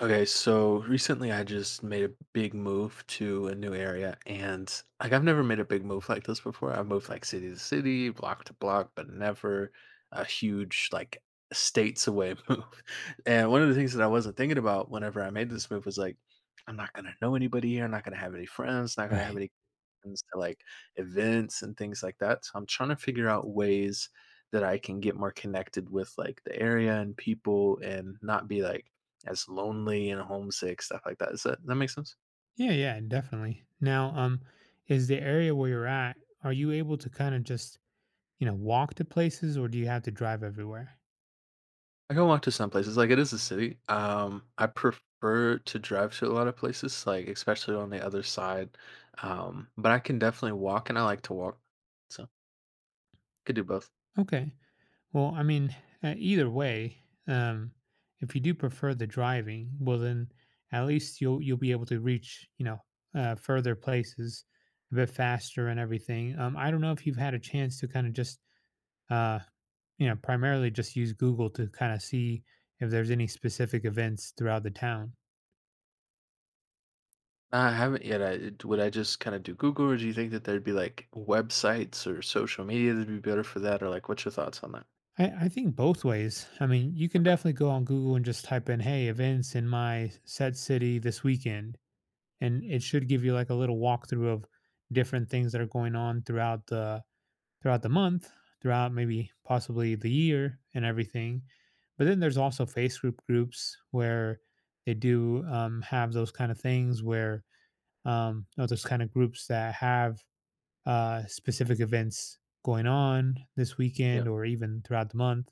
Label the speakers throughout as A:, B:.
A: Okay, so recently I just made a big move to a new area, and like I've never made a big move like this before. I've moved like city to city, block to block, but never a huge like states away move. And one of the things that I wasn't thinking about whenever I made this move was like I'm not going to know anybody here, I'm not going to have any friends, not going to have
B: Right.
A: any friends to like events and things like that. So I'm trying to figure out ways that I can get more connected with like the area and people and not be like as lonely and homesick, stuff like that. Is that makes sense?
B: Yeah, yeah, definitely. Now, is the area where you're at, are you able to kind of just, you know, walk to places or do you have to drive everywhere?
A: I can walk to some places. Like it is a city. I prefer to drive to a lot of places, like especially on the other side. But I can definitely walk, and I like to walk, so could do both.
B: Okay. Well, I mean, either way, um, if you do prefer the driving, well then at least you'll be able to reach, you know, further places a bit faster and everything. I don't know if you've had a chance to kind of just, uh, you know, primarily just use Google to kind of see if there's any specific events throughout the town.
A: I haven't yet. Would I just kind of do Google, or do you think that there'd be like websites or social media that'd be better for that, or like what's your thoughts on that?
B: I think both ways. I mean, you can
A: Okay.
B: definitely go on Google and just type in, hey, events in my set city this weekend. And it should give you like a little walkthrough of different things that are going on throughout the month, throughout maybe possibly the year and everything. But then there's also Facebook groups where they do have those kind of things where or those kind of groups that have specific events going on this
A: Yeah.
B: weekend or even throughout the month,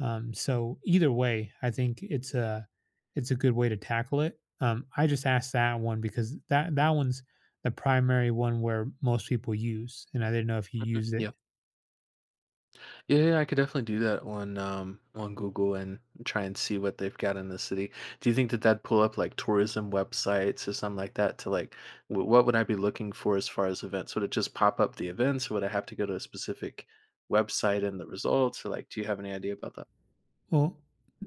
B: so either way, I think it's a good way to tackle it. I just asked that one because that one's the primary one where most people use, and I didn't know if you
A: Mhm.
B: used it.
A: Yeah. Yeah, yeah, I could definitely do that on Google and try and see what they've got in the city. Do you think that that'd pull up like tourism websites or something like that to like what would I be looking for as far as events? Would it just pop up the events or would I have to go to a specific website and the results, or like do you have any idea about that?
B: Well,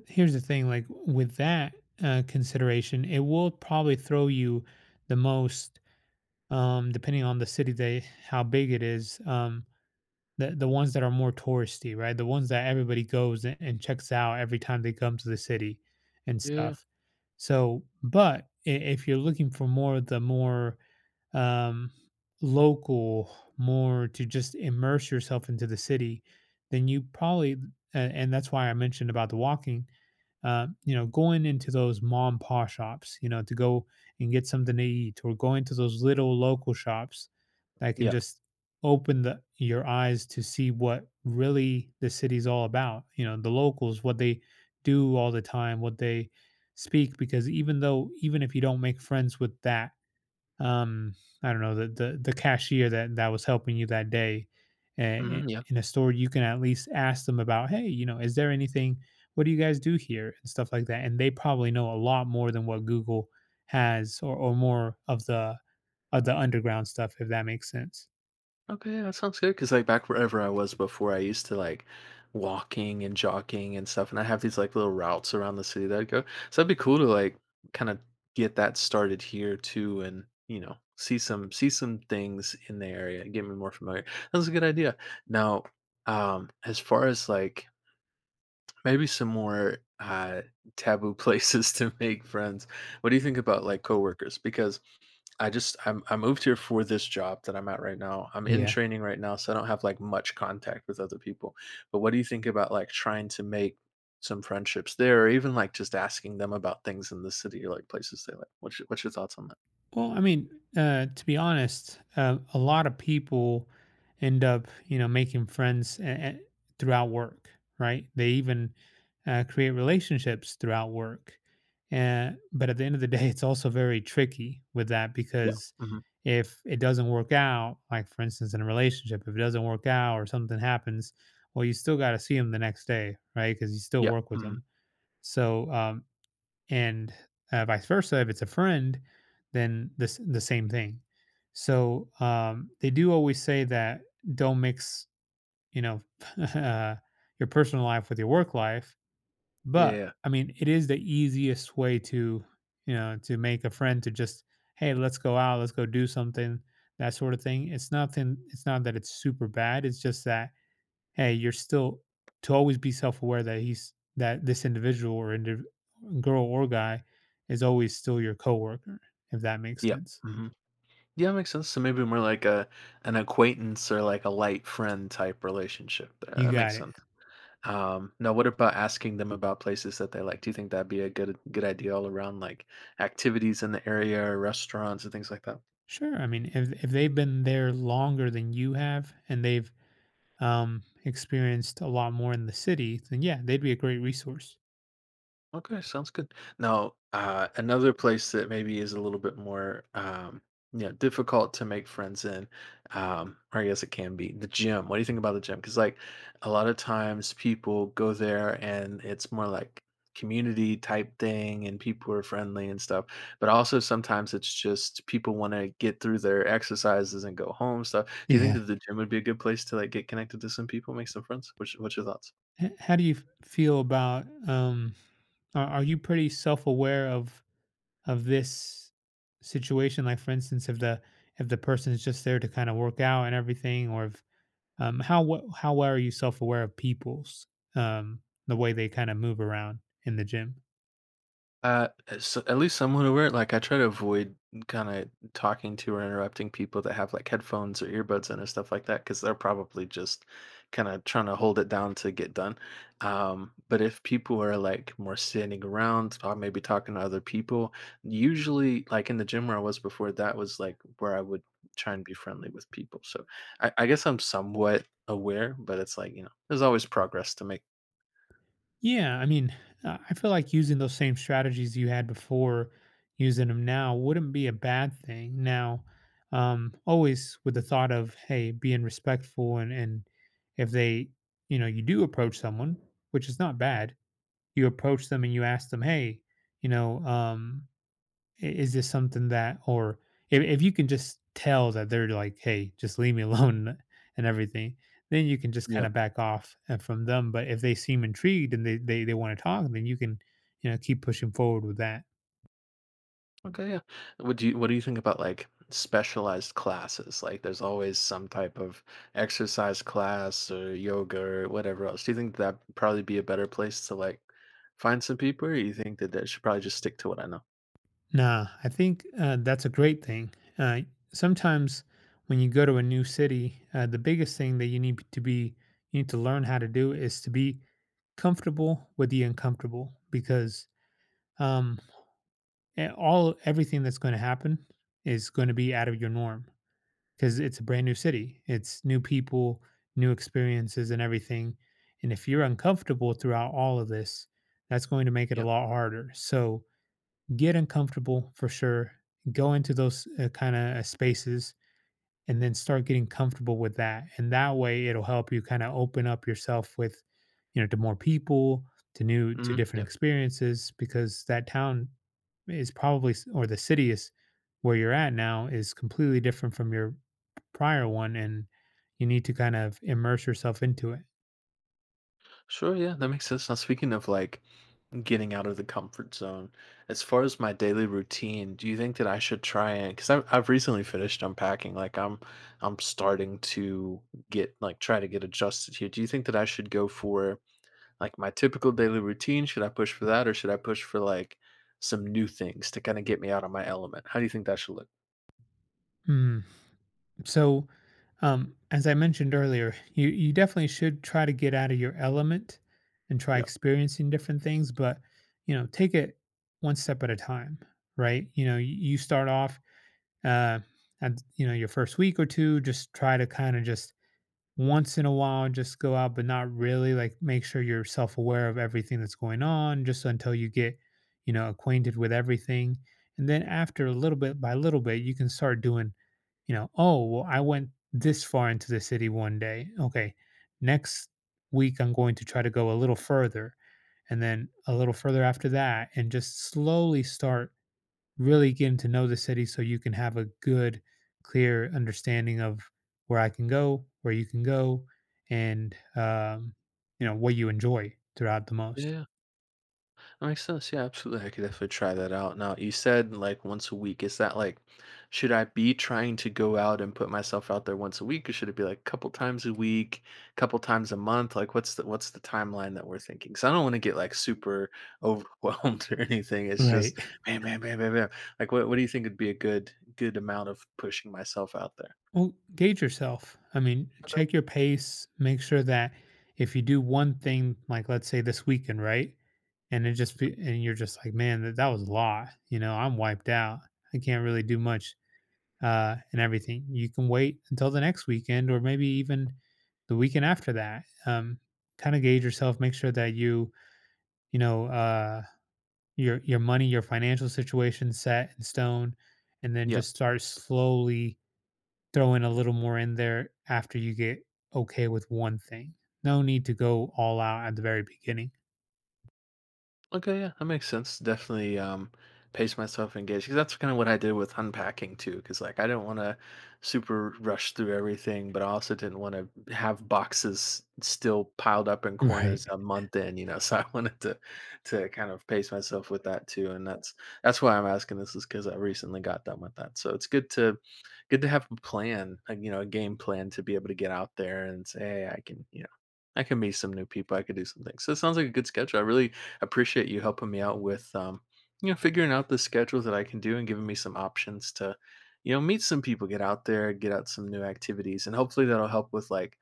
B: here's the thing: like with that consideration, it will probably throw you the most, depending on the city, they how big it is. The ones that are more touristy, right? The ones that everybody goes a and checks out every time they come to the city and
A: Yeah.
B: stuff. So, but I if you're looking for more of the more, um, local, more to just immerse yourself into the city, then you probably a and that's why I mentioned about the walking, you know, going into those mom and pop shops, you know, to go and get something to eat or going to those little local shops that can
A: Yeah.
B: just open your eyes to see what really the city's all about. You know, the locals, what they do all the time, what they speak. Because even if you don't make friends with that, um, I don't know, the cashier that was helping you that day, uh,
A: Hmm.
B: in a store, you can at least ask them about, hey, you know, is there anything? What do you guys do here and stuff like that? And they probably know a lot more than what Google has, or more of the underground stuff, if that makes sense.
A: Okay, that sounds good. Cause like back wherever I was before, I used to like walking and jogging and stuff, and I have these like little routes around the city that I go. So that'd be cool to like kind of get that started here too, and see some things in the area, get me more familiar. That's a good idea. Now, as far as like maybe some more taboo places to make friends. What do you think about like coworkers? Because I moved here for this job that I'm at right now. I'm in
B: Yeah.
A: training right now, so I don't have like much contact with other people. But what do you think about like trying to make some friendships there, or even like just asking them about things in the city or like places they like? What's your thoughts on that?
B: Well, I mean, to be honest, a lot of people end up, you know, making friends throughout work, right? They even create relationships throughout work. And, but at the end of the day, it's also very tricky with that
A: Yeah.
B: because
A: Hmm.
B: if it doesn't work out, like for instance, in a relationship, if it doesn't work out or something happens, well, you still got to see them the next day, right? Because you still
A: Yeah.
B: work with
A: Hmm.
B: them. So and vice versa. If it's a friend, then this the same thing. So they do always say that don't mix, you know, uh, your personal life with your work life. But
A: Yeah.
B: I mean, it is the easiest way to, you know, to make a friend to just, hey, let's go out, let's go do something, that sort of thing. It's nothing. It's not that it's super bad. It's just that hey, you're still to always be self-aware that he's that this individual girl or guy is always still your coworker, if that makes
A: Yeah.
B: sense.
A: Hmm. Yeah, makes sense. So maybe more like a an acquaintance or like a light friend type relationship there.
B: You
A: That makes
B: got it.
A: sense. Now what about asking them about places that they like? Do you think that'd be a good idea all around, like activities in the area or restaurants and things like that?
B: Sure. I mean, if they've been there longer than you have and they've experienced a lot more in the city, then yeah, they'd be a great resource.
A: Okay, sounds good. Now, another place that maybe is a little bit more, you know, difficult to make friends in, or I guess it can be the gym. What do you think about the gym? Because like a lot of times people go there and it's more like community type thing, and people are friendly and stuff. But also sometimes it's just people want to get through their exercises and go home stuff. Do you think
B: Yeah.
A: that the gym would be a good place to like get connected to some people, make some friends? What's your thoughts?
B: H- how do you feel about? Are you pretty self-aware of this situation, like for instance, if the person is just there to kind of work out and everything, or if, um, how well are you self-aware of people's, um, the way they kind of move around in the gym?
A: S At least somewhat aware, like, I try to avoid kinda talking to or interrupting people that have, like, headphones or earbuds in and stuff like that because 'cause they're probably just kinda trying to hold it down to get done. But if people are, like, more standing around or maybe talking to other people, usually, like, in the gym where I was before, that was, like, where I would try and be friendly with people. So I guess I'm somewhat aware, but it's like, you know, there's always progress to make.
B: Yeah, I mean, I feel like using those same strategies you had before, using them now wouldn't be a bad thing now. Um, always with the thought of hey, being respectful, and if they, you know, you do approach someone, which is not bad, you approach them and you ask them, "Hey, you know, is this something that?" Or if you can just tell that they're like, "Hey, just leave me alone" and everything, then you can just kind
A: You
B: of back off, from them. But if they seem intrigued and they want to talk, then you can, you know, keep pushing forward with that.
A: okay, yeah. What do you think about like specialized classes? Like there's always some type of exercise class or yoga or whatever else. Do you think that probably be a better place to like find some people, or you think that I should probably just stick to what I know?
B: Nah, I think, that's a great thing. Uh, sometimes when you go to a new city, the biggest thing that you need to be, you need to learn how to do is to be comfortable with the uncomfortable because um, all everything that's going to happen is going to be out of your norm because it's a brand new city. It's new people, new experiences, and everything. And if you're uncomfortable throughout all of this, that's going to make it a
A: Yeah.
B: lot harder. So get uncomfortable for sure. Go into those, kind of spaces and then start getting comfortable with that. And that way it'll help you kind of open up yourself with, you know, to more people, to
A: Hmm. Yeah.
B: different experiences, because that town is probably, or the city is where you're at now is completely different from your prior one. And you need to kind of immerse yourself into it.
A: Sure, yeah, that makes sense. Now speaking of like getting out of the comfort zone. As far as my daily routine, do you think that I should try, and I've recently finished unpacking, like I'm starting to get like try to get adjusted here. Do you think that I should go for like my typical daily routine? Should I push for that, or should I push for like some new things to kind of get me out of my element? How do you think that should look?
B: Mhm. So, as I mentioned earlier, you definitely should try to get out of your element and try experiencing different things, but you know, take it one step at a time, right? You know, you start off, uh, at, you know, your first week or two, just try to kind of just once in a while just go out, but not really, like make sure you're self-aware of everything that's going on just until you get, you know, acquainted with everything. And then after a little bit by little bit you can start doing, you know, oh well, I went this far into the city one day, okay, next week I'm going to try to go a little further, and then a little further after that, and just slowly start really getting to know the city so you can have a good, clear understanding of where I can go, where you can go, and you know what you enjoy throughout the most.
A: Yeah. That makes sense. Yeah, absolutely. I could definitely try that out. Now, you said like once a week. Is that like, should I be trying to go out and put myself out there once a week, or should it be like a couple times a week, couple times a month? Like, what's the timeline that we're thinking? Because I don't want to get like super overwhelmed or anything. It's just
B: Right.
A: man, man, man, man, man. Like, what do you think would be a good amount of pushing myself out there?
B: Well, gauge yourself. I mean,
A: Okay.
B: check your pace. Make sure that if you do one thing, like let's say this weekend, right, and it just be, and you're just like, man, that was a lot. You know, I'm wiped out. I can't really do much, and everything. You can wait until the next weekend or maybe even the weekend after that. Kind of gauge yourself, make sure that you know, your money, your financial situation set in stone, and then
A: Yeah.
B: just start slowly throwing a little more in there after you get okay with one thing. No need to go all out at the very beginning.
A: Okay, yeah, that makes sense. Definitely pace myself engaged, because that's kind of what I did with unpacking too. Because like I didn't want to super rush through everything, but I also didn't want to have boxes still piled up in corners
B: Right.
A: a month in, you know. So I wanted to kind of pace myself with that too, and that's why I'm asking this is because I recently got done with that. So it's good to good to have a plan, like you know, a game plan to be able to get out there and say, hey, I can, you know, I can meet some new people. I could do some things. So it sounds like a good schedule. I really appreciate you helping me out with you know, figuring out the schedule that I can do and giving me some options to you know meet some people, get out there, get out some new activities, and hopefully that'll help with like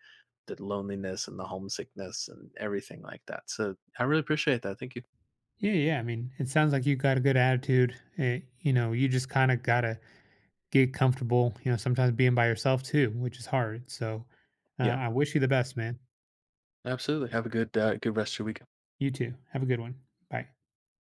A: the loneliness and the homesickness and everything like that. So I really appreciate that. Thank you.
B: Yeah, yeah. I mean, it sounds like you got a good attitude. You know, you just kind of gotta get comfortable, you know, sometimes being by yourself too, which is hard. So,
A: Yeah,
B: I wish you the best, man.
A: absolutely. Have a good rest of your week.
B: You too. Have a good one. Bye.